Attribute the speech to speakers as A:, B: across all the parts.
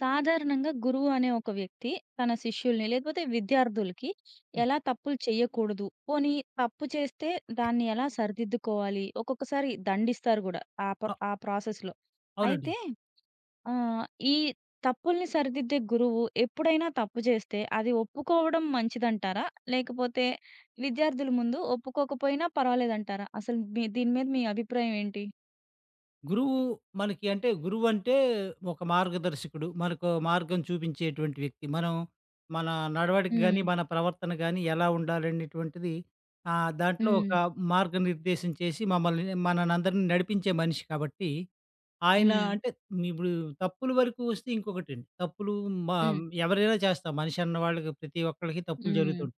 A: సాధారణంగా గురువు అనే ఒక వ్యక్తి తన శిష్యుల్ని లేకపోతే విద్యార్థులకి
B: హ్మ్.
A: ఎలా తప్పులు చేయకూడదు, పోనీ తప్పు చేస్తే దాన్ని ఎలా సరిదిద్దుకోవాలి, ఒక్కొక్కసారి దండిస్తారు కూడా
B: అ
A: ఆ ప్రాసెస్ లో.
B: అవునండి.
A: అయితే ఆ ఈ తప్పుల్ని సరిదిద్దే గురువు ఎప్పుడైనా తప్పు చేస్తే అది ఒప్పుకోవడం మంచిదంటారా, లేకపోతే విద్యార్థుల ముందు ఒప్పుకోకపోయినా పర్వాలేదంటారా? అసలు మీ దీని మీద మీ అభిప్రాయం ఏంటి?
B: గురువు మనకి అంటే గురువంటే ఒక మార్గదర్శకుడు. మనకో మార్గం చూపించేటువంటి వ్యక్తి. మనం మన నడవడిక
A: ఉమ్,
B: గాని, మన ప్రవర్తన గాని ఎలా ఉండాలనేటువంటిది, దాంట్లో
A: ఉమ్,
B: ఒక మార్గనిర్దేశం చేసి మమ్మల్ని మననందరిని నడిపించే మనిషి కాబట్టి, ఆయన
A: ఉమ్,
B: అంటే ఇప్పుడు తప్పుల వరకు వస్తే ఇంకొకటండి. తప్పులు మ
A: ఉమ్,
B: ఎవరైనా చేస్తాం. మనిషి అన్న వాళ్ళకి ప్రతి ఒక్కళ్ళకి తప్పులు
A: ఉమ్,
B: జరుగుతుంటాయి.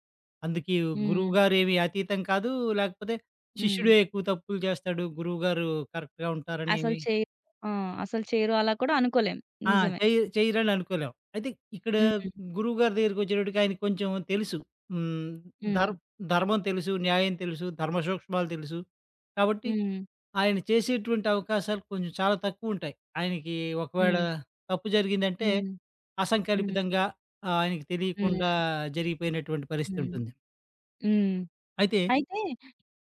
B: అందుకే
A: ఉమ్,
B: గురువుగారేమి అతీతం కాదు. లేకపోతే
A: ఉమ్.
B: శిష్యుడే ఎక్కువ తప్పులు చేస్తాడు. గురువుగారు కరెక్ట్‌గా ఉంటారని,
A: అసలు చేయరు. ఆ! అసలు చేయరు అలా కూడా అనుకోలేం.
B: ఆ,
A: నిజమే.
B: చెయ్యరని అనుకోలేం. అయితే ఇక్కడ
A: హ్మ్.
B: గురువుగారి దగ్గరికొచ్చేటప్పటికి ఆయనకి కొంచెం తెలుసు. హ్మ్.
A: హ్మ్.
B: ధర్ ధర్మం తెలుసు, న్యాయం తెలుసు, ధర్మ సూక్ష్మాలు తెలుసు. కాబట్టి
A: హ్మ్.
B: ఆయన చేసేటువంటి అవకాశాలు కొంచెం చాలా తక్కువుంటాయి. ఆయనకి ఒకవేళ
A: హ్మ్.
B: తప్పు జరిగిందంటే
A: హ్మ్. హ్మ్.
B: అసంకల్పితంగా, ఆయనకి తెలియకుండా
A: హ్మ్.
B: జరిగిపోయినటువంటి
A: హ్మ్.
B: పరిస్థితుంటుంది.
A: హ్మ్.
B: అయితే
A: అయితే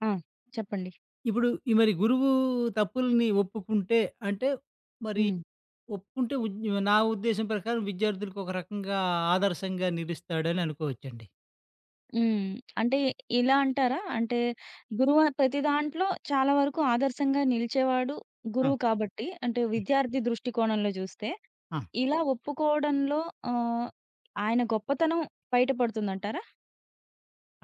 A: ఆ! చెప్పండి.
B: ఇప్పుడు ఈ మరి గురువు తప్పుల్ని ఒప్పుకుంటే, అంటే మరి
A: హ్మ్.
B: ఒప్పుకుంటే, నా ఉద్దేశం ప్రకారం విద్యార్థులకు ఒక రకంగా ఆదర్శంగా నిలుస్తాడని అనుకోవచ్చండి.
A: హ్మ్. అంటే ఇలా అంటారా? అంటే గురువు ప్రతి దాంట్లో చాలా వరకు ఆదర్శంగా నిలిచేవాడు,
B: ఆ,
A: గురువు కాబట్టి, అంటే
B: హ్మ్,
A: విద్యార్థి దృష్టికోణంలో చూస్తే,
B: ఆ,
A: ఇలా ఒప్పుకోవడంలో ఆహ్, ఆయన గొప్పతనం బయట పడుతుందంటారా?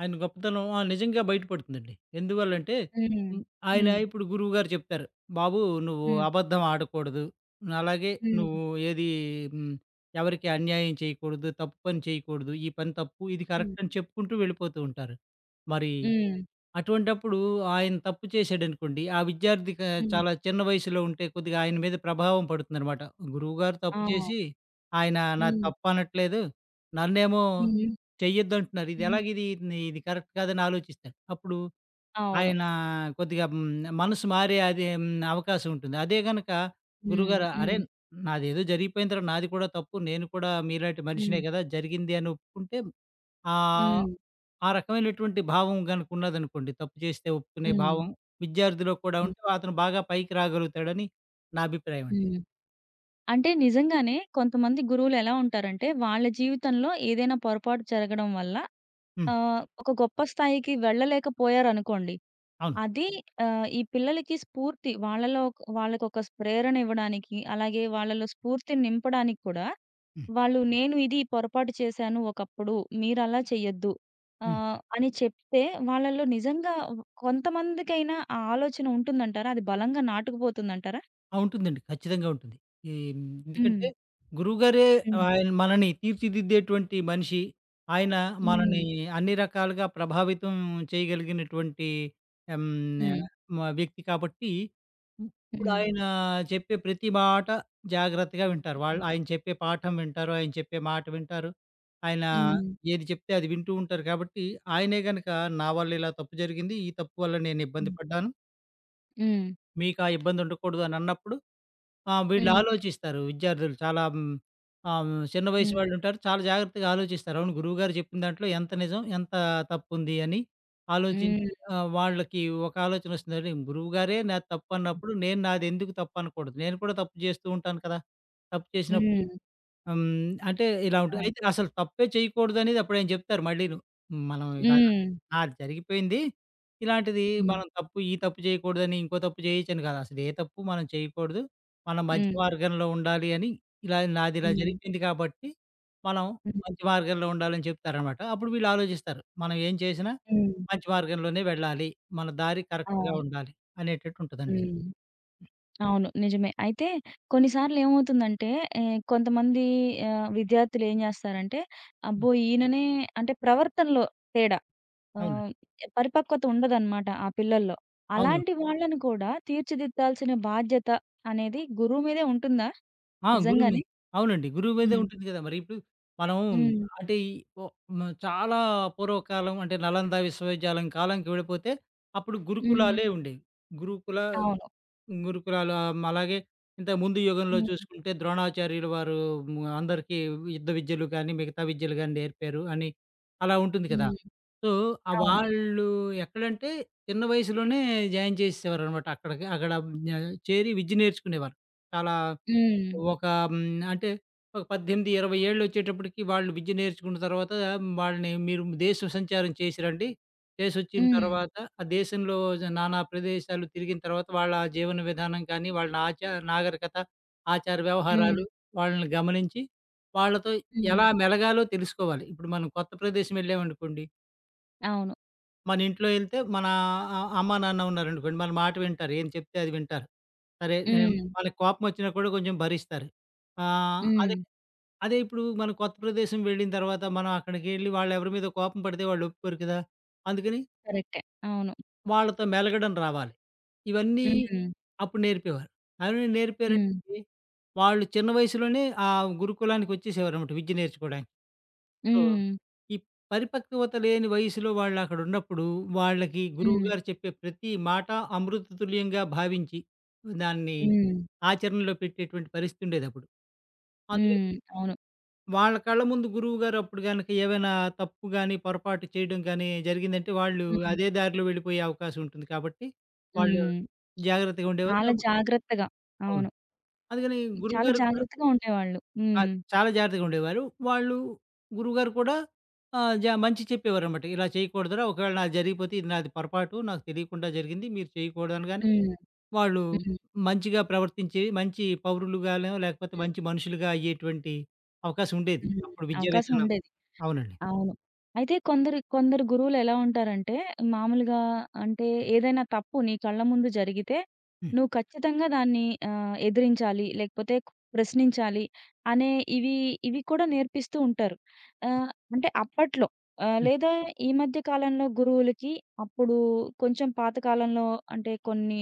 B: ఆయన గొప్పతనం, ఆ, నిజంగా బయటపడుతుందండి. ఎందువల్లంటే,
A: హ్మ్.
B: హ్మ్. ఆయన
A: హ్మ్.
B: ఇప్పుడు గురువుగారు చెప్తారు. "బాబు, నువ్వు
A: హ్మ్.
B: అబద్ధం ఆడకూడదు. అలాగే
A: హ్మ్.
B: నువ్వు ఏది హ్మ్. ఎవరికీ అన్యాయం చేయకూడదు. తప్పు పని చేయకూడదు. ఈ పని తప్పు. ఇది
A: హ్మ్.
B: కరెక్ట్" అని చెప్పుకుంటూ వెళ్ళిపోతూ ఉంటారు. మరి
A: హ్మ్.
B: అటువంటప్పుడు ఆయన తప్పు చేశాడనుకోండి, ఆ విద్యార్థి
A: హ్మ్.
B: చాలా చిన్న వయసులో ఉంటే కొద్దిగా ఆయన మీద ప్రభావం పడుతుందనమాట. గురువుగారు
A: ఆ!
B: తప్పు చేసి, ఆయన నాది
A: హ్మ్.
B: తప్పనట్లేదు. నన్నేమో
A: హ్మ్.
B: చెయ్యొద్దంటున్నారు.
A: హ్మ్.
B: ఇదెలాగిది? ఇది ఎలాగ, ఇది ఇది కరెక్ట్ కాదని ఆలోచిస్తాడు. అప్పుడు
A: అవును.
B: ఆయన కొద్దిగా, మనసు మారే అది, అవకాశం ఉంటుంది. అదే గనక
A: హ్మ్.
B: గురువుగారు అరే,
A: హ్మ్.
B: నాదేదో జరిగిపోయిన తర్వాత నాది కూడా తప్పు. నేను కూడా మీలాంటి
A: హ్మ్.
B: మనిషినే కదా! జరిగింది అని ఒప్పుకుంటే, ఆ
A: హ్మ్.
B: ఆ రకమైనటువంటి భావం గనుక ఉన్నదనుకోండి, తప్పు చేస్తే ఒప్పుకునే
A: హ్మ్.
B: భావం విద్యార్థిలో కూడా
A: హ్మ్.
B: ఉంటే అతను బాగా పైకి రాగలుగుతాడని నా అభిప్రాయం అండి.
A: హ్మ్. అంటే నిజంగానే కొంతమంది గురువులు ఎలా ఉంటారంటే, వాళ్ళ జీవితంలో ఏదైనా పొరపాటు జరగడం వల్ల
B: హ్మ్.
A: ఆహ్, ఒక గొప్ప స్థాయికి వెళ్ళలేకపోయారనుకోండి.
B: అవును.
A: అది ఆహ్, ఈ పిల్లలకి స్ఫూర్తి వాళ్ళలో, వాళ్ళకొక ప్రేరణ ఇవ్వడానికి, అలాగే వాళ్ళలో స్ఫూర్తిని నింపడానికి కూడా, వాళ్ళు నేను ఇది పొరపాటు చేశాను ఒకప్పుడు, మీరలా చెయ్యొద్దు
B: హ్మ్.
A: ఆహ్, అని చెప్తే వాళ్ళలో నిజంగా కొంతమందికైనా ఆ ఆలోచన ఉంటుందంటారా? అది బలంగా నాటుకుపోతుందంటారా?
B: ఆ, ఉంటుందండి. ఖచ్చితంగా ఉంటుంది. ఈ
A: హ్మ్.
B: ఎందుకంటే గురువుగారే,
A: హ్మ్.
B: ఆయన మనని తీర్చిదిద్దేటువంటి మనిషి. ఆయన
A: హ్మ్.
B: మనని అన్ని రకాలుగా ప్రభావితం చేయగలిగినటువంటి ఆహ్, హ్మ్,
A: హ్మ్.
B: మ వ్యక్తి కాబట్టి, ఇప్పుడు
A: హ్మ్.
B: ఆయన చెప్పే ప్రతి మాట జాగ్రత్తగా వింటారు. వాళ్ళు ఆయన చెప్పే పాఠం వింటారు. ఆయన చెప్పే మాట వింటారు. ఆయన
A: హ్మ్.
B: ఏది చెప్తే అది వింటూ ఉంటారు కాబట్టి, ఆయనే గనక నా వల్ల ఇలా తప్పు జరిగింది, ఈ తప్పు వల్ల నేను ఇబ్బంది
A: హ్మ్.
B: పడ్డాను,
A: హ్మ్.
B: మీకు ఆ ఇబ్బంది ఉండకూడదు అని అన్నప్పుడు, ఆ, వీళ్ళు ఆలోచిస్తారు. విద్యార్థులు చాలా చిన్న వయసు
A: హ్మ్.
B: వాళ్ళుంటారు. చాలా జాగ్రత్తగా ఆలోచిస్తారు. అవును, గురువుగారు చెప్పిన దాంట్లో ఎంత నిజం, ఎంత తప్పుంది అని ఆలోచించి,
A: హ్మ్.
B: వాళ్ళకి ఒక ఆలోచనొస్తుంది. అరే, గురువుగారే నాది తప్పన్నప్పుడు నేను నాదెందుకు తప్పనకూడదు. నేను కూడా తప్పు జేస్తూ ఉంటాను కదా! తప్పు చేసినప్పుడు,
A: హ్మ్.
B: హ్మ్. అంటే ఇలా ఉంటది.
A: అవును.
B: అయితే అసలు తప్పే చేయకూడదనేది అప్పుడాయన చెప్తారు మళ్ళీను. మనం ఇలా,
A: హ్మ్.
B: ఆ, జరిగిపోయింది. ఇలాంటిది
A: హ్మ్.
B: మనం తప్పు, ఈ తప్పు చేయకూడదని, ఇంకో తప్పు చేయొచ్చని కాదు. అసలు ఏ తప్పు మనం చేయకూడదు. మనం మంచి
A: హ్మ్.
B: మార్గంలో ఉండాలి అని, ఇలా నాది ఇలా
A: హ్మ్.
B: జరిగిపోయింది కాబట్టి, మనం
A: హ్మ్.
B: మంచి మార్గంలో ఉండాలని చెప్తారనమాట. అప్పుడు వీళ్ళు ఆలోచిస్తారు. మనం ఏం చేసినా
A: హ్మ్.
B: మంచి మార్గంలోనే వెళ్ళాలి. మన దారి కరెక్ట్‌గా
A: అవును.
B: ఉండాలి అనేటట్టు ఉంటదండి.
A: హ్మ్. అవును. నిజమే. అయితే కొన్ని సార్లేమవుతుందంటే ఆహ్, కొంతమంది ఆహ్, విద్యార్థులేం జేస్తారంటే,
B: హ్మ్.
A: అబ్బో! ఈయననే, అంటే ప్రవర్తనలో తేడా. ఆహ్,
B: అవునండి.
A: పరిపక్వత ఉండదనమాట ఆ పిల్లల్లో.
B: అవును.
A: అలాంటి వాళ్ళని కూడా తీర్చిదిద్దాల్సిన బాధ్యత అనేది గురువు మీదే ఉంటుందా?
B: ఆ, గురువు మీ
A: నిజంగానే?
B: అవునండి. గురువు మీదే
A: హ్మ్.
B: ఉంటుంది గదా! మరి ఇప్పుడు మనం,
A: హ్మ్.
B: అంటే, ఈ ఒ మ చాలా పూర్వకాలం, అంటే నలంద విశ్వవిద్యాలయం కాలంకి వెళ్ళిపోతే, అప్పుడు
A: హ్మ్.
B: గురుకులాలే ఉండేవి. గురుకుల
A: అవును.
B: గురుకులాలు, అలాగే ఇంతకు ముందు యుగంలో
A: హ్మ్.
B: చూసుకుంటే ద్రోణాచార్యులు వారు, అందరికీ యుద్ధ విద్యలు గాని, మిగతా విద్యలు గాని నేర్పారు అని, అలా ఉంటుంది కదా!
A: హ్మ్.
B: సో, ఆ
A: అవును.
B: వాళ్ళు ఎక్కడంటే చిన్న వయసులోనే జాయిన్ చేసేసేవారనమాట. అక్కడికి అక్కడ న చేరి విద్య నేర్చుకునేవారు. చాలా
A: హ్మ్.
B: ఒక, హ్మ్, అంటే ఒక 18, 20 ఏళ్ళొచ్చేటప్పటికి వాళ్ళు విద్య నేర్చుకున్న తర్వాత వాళ్ళని మీరు దేశ సంచారం చేసిరండి, చేసి రండి. చేసొచ్చిన
A: హ్మ్.
B: తర్వాత ఆ దేశంలో నానా ప్రదేశాలు తిరిగిన తర్వాత వాళ్ళ జీవన విధానం కానీ, వాళ్ళ ఆచార నాగరికత, ఆచార
A: హ్మ్.
B: వ్యవహారాలు వాళ్ళని గమనించి వాళ్ళతో
A: హ్మ్.
B: ఎలా మెలగాలో తెలుసుకోవాలి. ఇప్పుడు మనం కొత్త ప్రదేశం వెళ్ళామనుకోండి.
A: అవును.
B: మన ఇంట్లో ఎళ్తే మన, అమ్మా, నాన్న ఉన్నారనుకోండి. మన మాట వింటారు. ఏం చెప్తే అది వింటారు. సరే, ఏం
A: హ్మ్.
B: వాళ్ళకి కోపమొచ్చినా కూడా కొంచెం భరిస్తారు. ఆహ్,
A: హ్మ్.
B: అదే అదే ఇప్పుడు మనం కొత్త ప్రదేశం వెళ్ళిన తర్వాత మనం అక్కడికెళ్ళి వాళ్ళెవరి మీద కోపం పడితే వాళ్ళు ఒప్పుకోరు కదా! అందుకని
A: కరెక్టే. అవును.
B: వాళ్ళతో మెలగడం రావాలి. ఇవన్నీ
A: హ్మ్.
B: అప్పుడు నేర్పేవారు. అవి
A: హ్మ్.
B: నేర్పారంటే, వాళ్ళు చిన్న వయసులోనే ఆ గురుకులానికొచ్చేసేవారన్నమాట విద్య నేర్చుకోవడానికి. సో,
A: హ్మ్.
B: ఈ పరిపక్వత లేని వయసులో వాళ్ళక్కడున్నప్పుడు, వాళ్ళకి
A: హ్మ్.
B: గురువుగారు చెప్పే ప్రతి మాట అమృత తుల్యంగా భావించి, దాన్ని
A: హ్మ్.
B: ఆచరణలో పెట్టేటువంటి పరిస్థితుండేదప్పుడు. అందుకని
A: హ్మ్. అవును.
B: వాళ్ళ కళ్ళ ముందు గురువుగారు అప్పుడు గనక ఏవైనా తప్పు గాని, పొరపాటు చేయడం గాని జరిగిందంటే, వాళ్ళు
A: హ్మ్.
B: అదే దారిలో వెళ్ళిపోయే అవకాశం ఉంటుంది కాబట్టి, వాళ్ళు
A: హ్మ్.
B: జాగ్రత్తగా ఉండేవారు.
A: చాలా
B: అప్పుడు
A: జాగ్రత్తగా.
B: అవును.
A: అవును.
B: అందుకని
A: చాలా
B: గురువుగారు కూడా,
A: జాగ్రత్తగా ఉండేవాళ్ళు.
B: ఆ,
A: హ్మ్.
B: చాలా జాగ్రత్తగా ఉండేవారు. వాళ్ళు గురువుగారు కూడా ఆహ్, జ మంచి చెప్పేవారనమాట. ఇలా చేయకూడదురా! ఒకవేళ నాది జరిగిపోతే ఇది నాది పొరపాటు. నాకు తెలియకుండా జరిగింది. మీరు చేయకూడదు అనగానే
A: హ్మ్.
B: వాళ్ళు
A: హ్మ్.
B: మంచిగా ప్రవర్తించి మంచి పౌరులుగానో లేకపోతే
A: హ్మ్.
B: మంచి మనుషులుగా అయ్యేటువంటి అవకాశం ఉండేది.
A: హ్మ్.
B: అప్పుడు విద్యా
A: అవకాశం
B: విధానం.
A: ఉండేది.
B: అవునండి.
A: అవును. అయితే కొందరి కొందరు గురువులెలా ఉంటారంటే, మామూలుగా అంటే ఏదైనా తప్పు నీ కళ్ళ ముందు జరిగితే,
B: హ్మ్.
A: నువ్వు ఖచ్చితంగా దాన్ని ఆహ్, ఎదిరించాలి, లేకపోతే ప్రశ్నించాలి అనే ఇవి ఇవి కూడా నేర్పిస్తూ ఉంటారు. ఆహ్, అంటే అప్పట్లో ఆహ్,
B: హ్మ్.
A: లేదా ఈ మధ్య కాలంలో గురువులకి, అప్పుడు కొంచెం పాత కాలంలో అంటే కొన్ని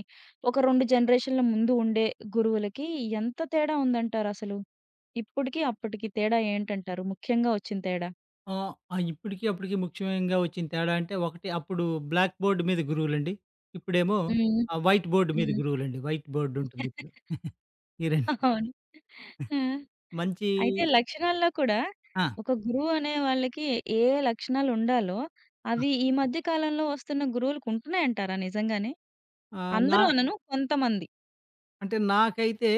A: ఒక 2 జనరేషన్‌ల ముందు ఉండే గురువులకి ఎంత తేడా ఉందంటారసలు? ఇప్పటికి, అప్పటికి తేడా ఏంటంటారు? ముఖ్యంగా వచ్చిన తేడా?
B: ఆ, ఇప్పటికి అప్పటికి ముఖ్యంగా వచ్చిన తేడా అంటే, ఒకటి అప్పుడు బ్లాక్ బోర్డ్ మీద గురువులండి. ఇప్పుడేమో ఆ వైట్ బోర్డ్ మీద
A: హ్మ్.
B: గురువులండి. వైట్ బోర్డ్ ఉంటుంది ఇప్పుడు. ఈ 2
A: అవును. ఆ!
B: మంచి.
A: అయితే లక్షణాల్లో కూడా
B: ఆ,
A: ఒక గురువు అనే వాళ్ళకి ఏ లక్షణాలుండాలో
B: ఆ,
A: అవి ఈ మధ్య కాలంలో వస్తున్న గురువులకు ఉంటున్నాయంటారా నిజంగానే?
B: ఆహ్, నా
A: అందరూ అనను, కొంతమంది.
B: అంటే నాకైతే,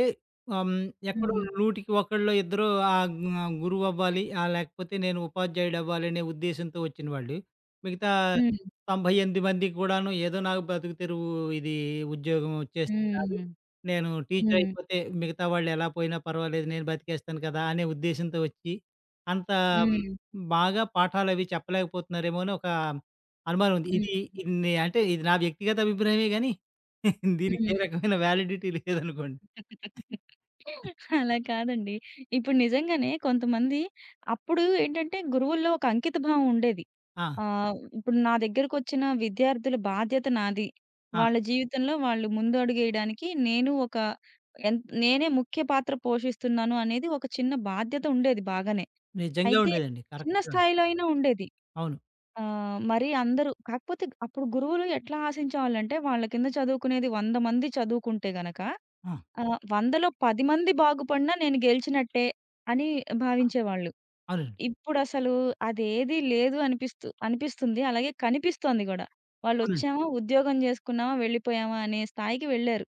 B: ఆహ్, హ్మ్, ఎక్కడో
A: హ్మ్.
B: 100కి ఒకళ్ళో ఇద్దరో, ఆహ్, ఆహ్, గురువు అవ్వాలి, ఆహ్, లేకపోతే నేను ఉపాధ్యాయుడు అవ్వాలనే ఉద్దేశ్యంతో వచ్చినవాళ్ళు. మిగతా
A: హ్మ్.
B: 98 మందికి కూడాను, ఏదో నాకు బ్రతుకు తెరువు, ఇది ఉద్యోగం చేస్తే చాలు,
A: హ్మ్.
B: నేను టీచర్
A: హ్మ్.
B: అయిపోతే మిగతా వాళ్ళు ఎలా పోయినా పర్వాలేదు, నేను బతికేస్తాను కదా అనే ఉద్దేశ్యంతో వచ్చి, అంత హ్మ్,
A: హ్మ్.
B: బాగా పాఠాలవి చెప్పలేకపోతున్నారేమో అని ఒక అనుమానం ఉంది.
A: హ్మ్.
B: ఇది ఇది నే అంటే ఇది నా వ్యక్తిగత అభిప్రాయమే గాని దీనికి ఏ
A: హ్మ్.
B: రకమైన వ్యాలిడిటీ లేదనుకోండి.
A: అలా కాదండి. ఇప్పుడు నిజంగానే కొంతమంది అప్పుడు ఏంటంటే గురువుల్లో ఒక అంకితభావం ఉండేది.
B: ఆ,
A: ఆహ్, ఇప్పుడు నా దగ్గరకొచ్చిన విద్యార్థుల బాధ్యత నాది.
B: ఆ,
A: వాళ్ళ జీవితంలో వాళ్ళు ముందు అడుగేయడానికి నేను ఒక ఎన్ నేనే ముఖ్య పాత్ర పోషిస్తున్నాను అనేది ఒక చిన్న బాధ్యత ఉండేది బాగానే.
B: నిజంగా
A: అయితే
B: ఉండేదండి.
A: చిన్న
B: కరెక్ట్‌గా.
A: స్థాయిలో అయినా ఉండేది.
B: అవును.
A: ఆహ్, మరి అందరూ కాకపోతే అప్పుడు గురువులు ఎట్లా ఆశించేవాళ్ళంటే, వాళ్ళ కింద చదువుకునేది 100 మంది చదువుకుంటే గనక
B: ఆ,
A: ఆహ్, 100లో 10 మంది బాగుపడినా నేను గెలిచినట్టే అని భావించేవాళ్ళు.
B: అవునండి.
A: ఇప్పుడసలు అదేది లేదు అనిపిస్తూ అనిపిస్తుంది. అలాగే కనిపిస్తోంది గూడా.
B: అవునండి.
A: వాళ్ళొచ్చామా, ఉద్యోగం జేసుకున్నామా, వెళ్ళిపోయామా అనే స్థాయికి వెళ్లారు.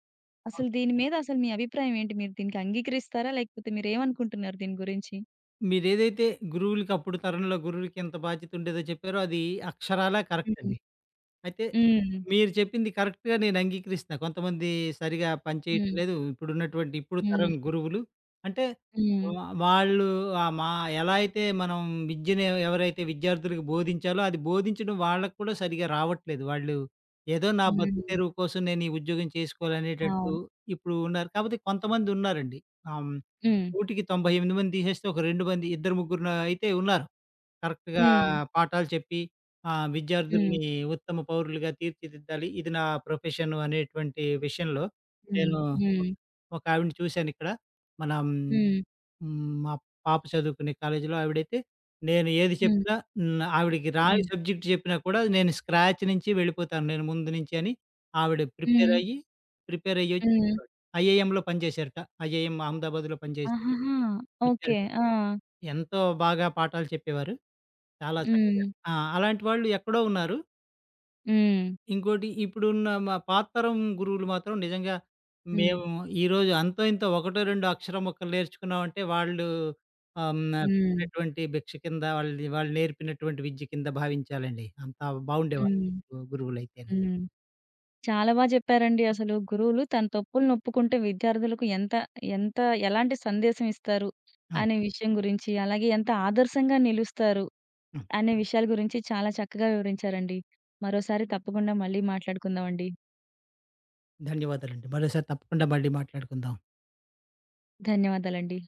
A: అసలు
B: అవును.
A: దీని మీద అసలు మీ అభిప్రాయం ఏంటి? మీరు దీనికి అంగీకరిస్తారా? లేకపోతే మీరేమనుకుంటున్నారు దీని గురించి?
B: మీరేదైతే గురువులకప్పుడు తరంలో గురువులకింత బాధ్యత ఉండేదో చెప్పారో, అది అక్షరాలా కరెక్ట్
A: హ్మ్.
B: అండి. అయితే
A: హ్మ్.
B: మీరు చెప్పింది కరెక్ట్‌గా నేను అంగీకరిస్తున్నా. కొంతమంది సరిగా పనిచేయటం
A: హ్మ్.
B: లేదు, ఇప్పుడున్నటువంటి ఇప్పుడు
A: హ్మ్.
B: తరం గురువులు. అంటే
A: హ్మ్.
B: వా వాళ్ళు, ఆహ్, మా ఎలా అయితే మనం విద్యను ఎవరైతే విద్యార్థులకు బోధించాలో అది బోధించడం వాళ్ళకి కూడా సరిగా రావట్లేదు. వాళ్ళు ఏదో నా బతుకు
A: హ్మ్.
B: తెరువు కోసం నేను ఈ ఉద్యోగం చేసుకోవాలనేటట్టు
A: అవును.
B: ఇప్పుడు ఉన్నారు. కాకపోతే కొంతమంది ఉన్నారండి. ఆహ్, హ్మ్.
A: హ్మ్.
B: నూటికి 98 మంది తీసేస్తే ఒక 2 మంది, ఇద్దరు ముగ్గురు నా- అయితే ఉన్నారు. కరెక్ట్‌గా
A: హ్మ్.
B: పాఠాలు చెప్పి,
A: హ్మ్.
B: విద్యార్థుల్ని ఉత్తమ పౌరులుగా తీర్చిదిద్దాలి, ఇది నా ప్రొఫెషన్ అనేటువంటి విషయంలో,
A: హ్మ్.
B: నేను
A: హ్మ్.
B: ఒక ఆవిడని చూశానిక్కడ. మనం
A: హ్మ్.
B: హ్మ్. మా పాప చదువుకునే కాలేజీలో ఆవిడైతే నేను ఏది
A: హ్మ్.
B: చెప్పినా, హ్మ్, ఆవిడకి రాని
A: హ్మ్.
B: సబ్జెక్ట్ చెప్పినా కూడా, నేను స్క్రాచ్ నుంచి వెళ్ళిపోతాను, నేను ముందు నుంచి అని ఆవిడ ప్రిపేర్
A: హ్మ్.
B: అయ్యి, ప్రిపేర్ అయ్యొచ్చి
A: హ్మ్.
B: చెప్పేవారు. ఐఐఎంలో పనిచేశారట. ఐఐఎం అహ్మదాబాద్‌లో పనిచేసి
A: ఆహాహా!
B: వచ్చారు.
A: ఓకే. ఆ!
B: ఎంతో బాగా పాఠాలు చెప్పేవారు. చాలా చక్కగా.
A: హ్మ్.
B: ఆ, అలాంటి వాళ్ళు ఎక్కడో ఉన్నారు.
A: హ్మ్.
B: ఇంకోటి, ఇప్పుడున్న మా పాత తరం గురువులు మాత్రం నిజంగా,
A: హ్మ్.
B: మేము ఈరోజు అంతో ఇంతో ఒకటో రెండో అక్షరం మొక్కలు నేర్చుకున్నామంటే, వాళ్ళు, ఆమ్,
A: హ్మ్.
B: పెట్టినటువంటి భిక్ష కింద, వాళ్ళది వాళ్ళు నేర్పినటువంటి విద్య కింద భావించాలండి. అంత
A: హ్మ్.
B: బాగుండేవాళ్ళు గురువులైతేనే.
A: హ్మ్. చాలా బా జెప్పారండి. అసలు గురువులు తన తప్పులనొప్పుకుంటే విద్యార్థులకు ఎంత ఎంత ఎలాంటి సందేశం ఇస్తారు
B: అవును.
A: అనే విషయం గురించి, అలాగే ఎంత ఆదర్శంగా నిలుస్తారు
B: హ్మ్.
A: అనే విషయాల గురించి చాలా చక్కగా వివరించారండి. మరోసారి తప్పకుండా మళ్ళీ మాట్లాడుకుందామండి.
B: ధన్యవాదాలండి. మరోసారి తప్పకుండా మళ్ళీ మాట్లాడుకుందాం.
A: ధన్యవాదాలండి.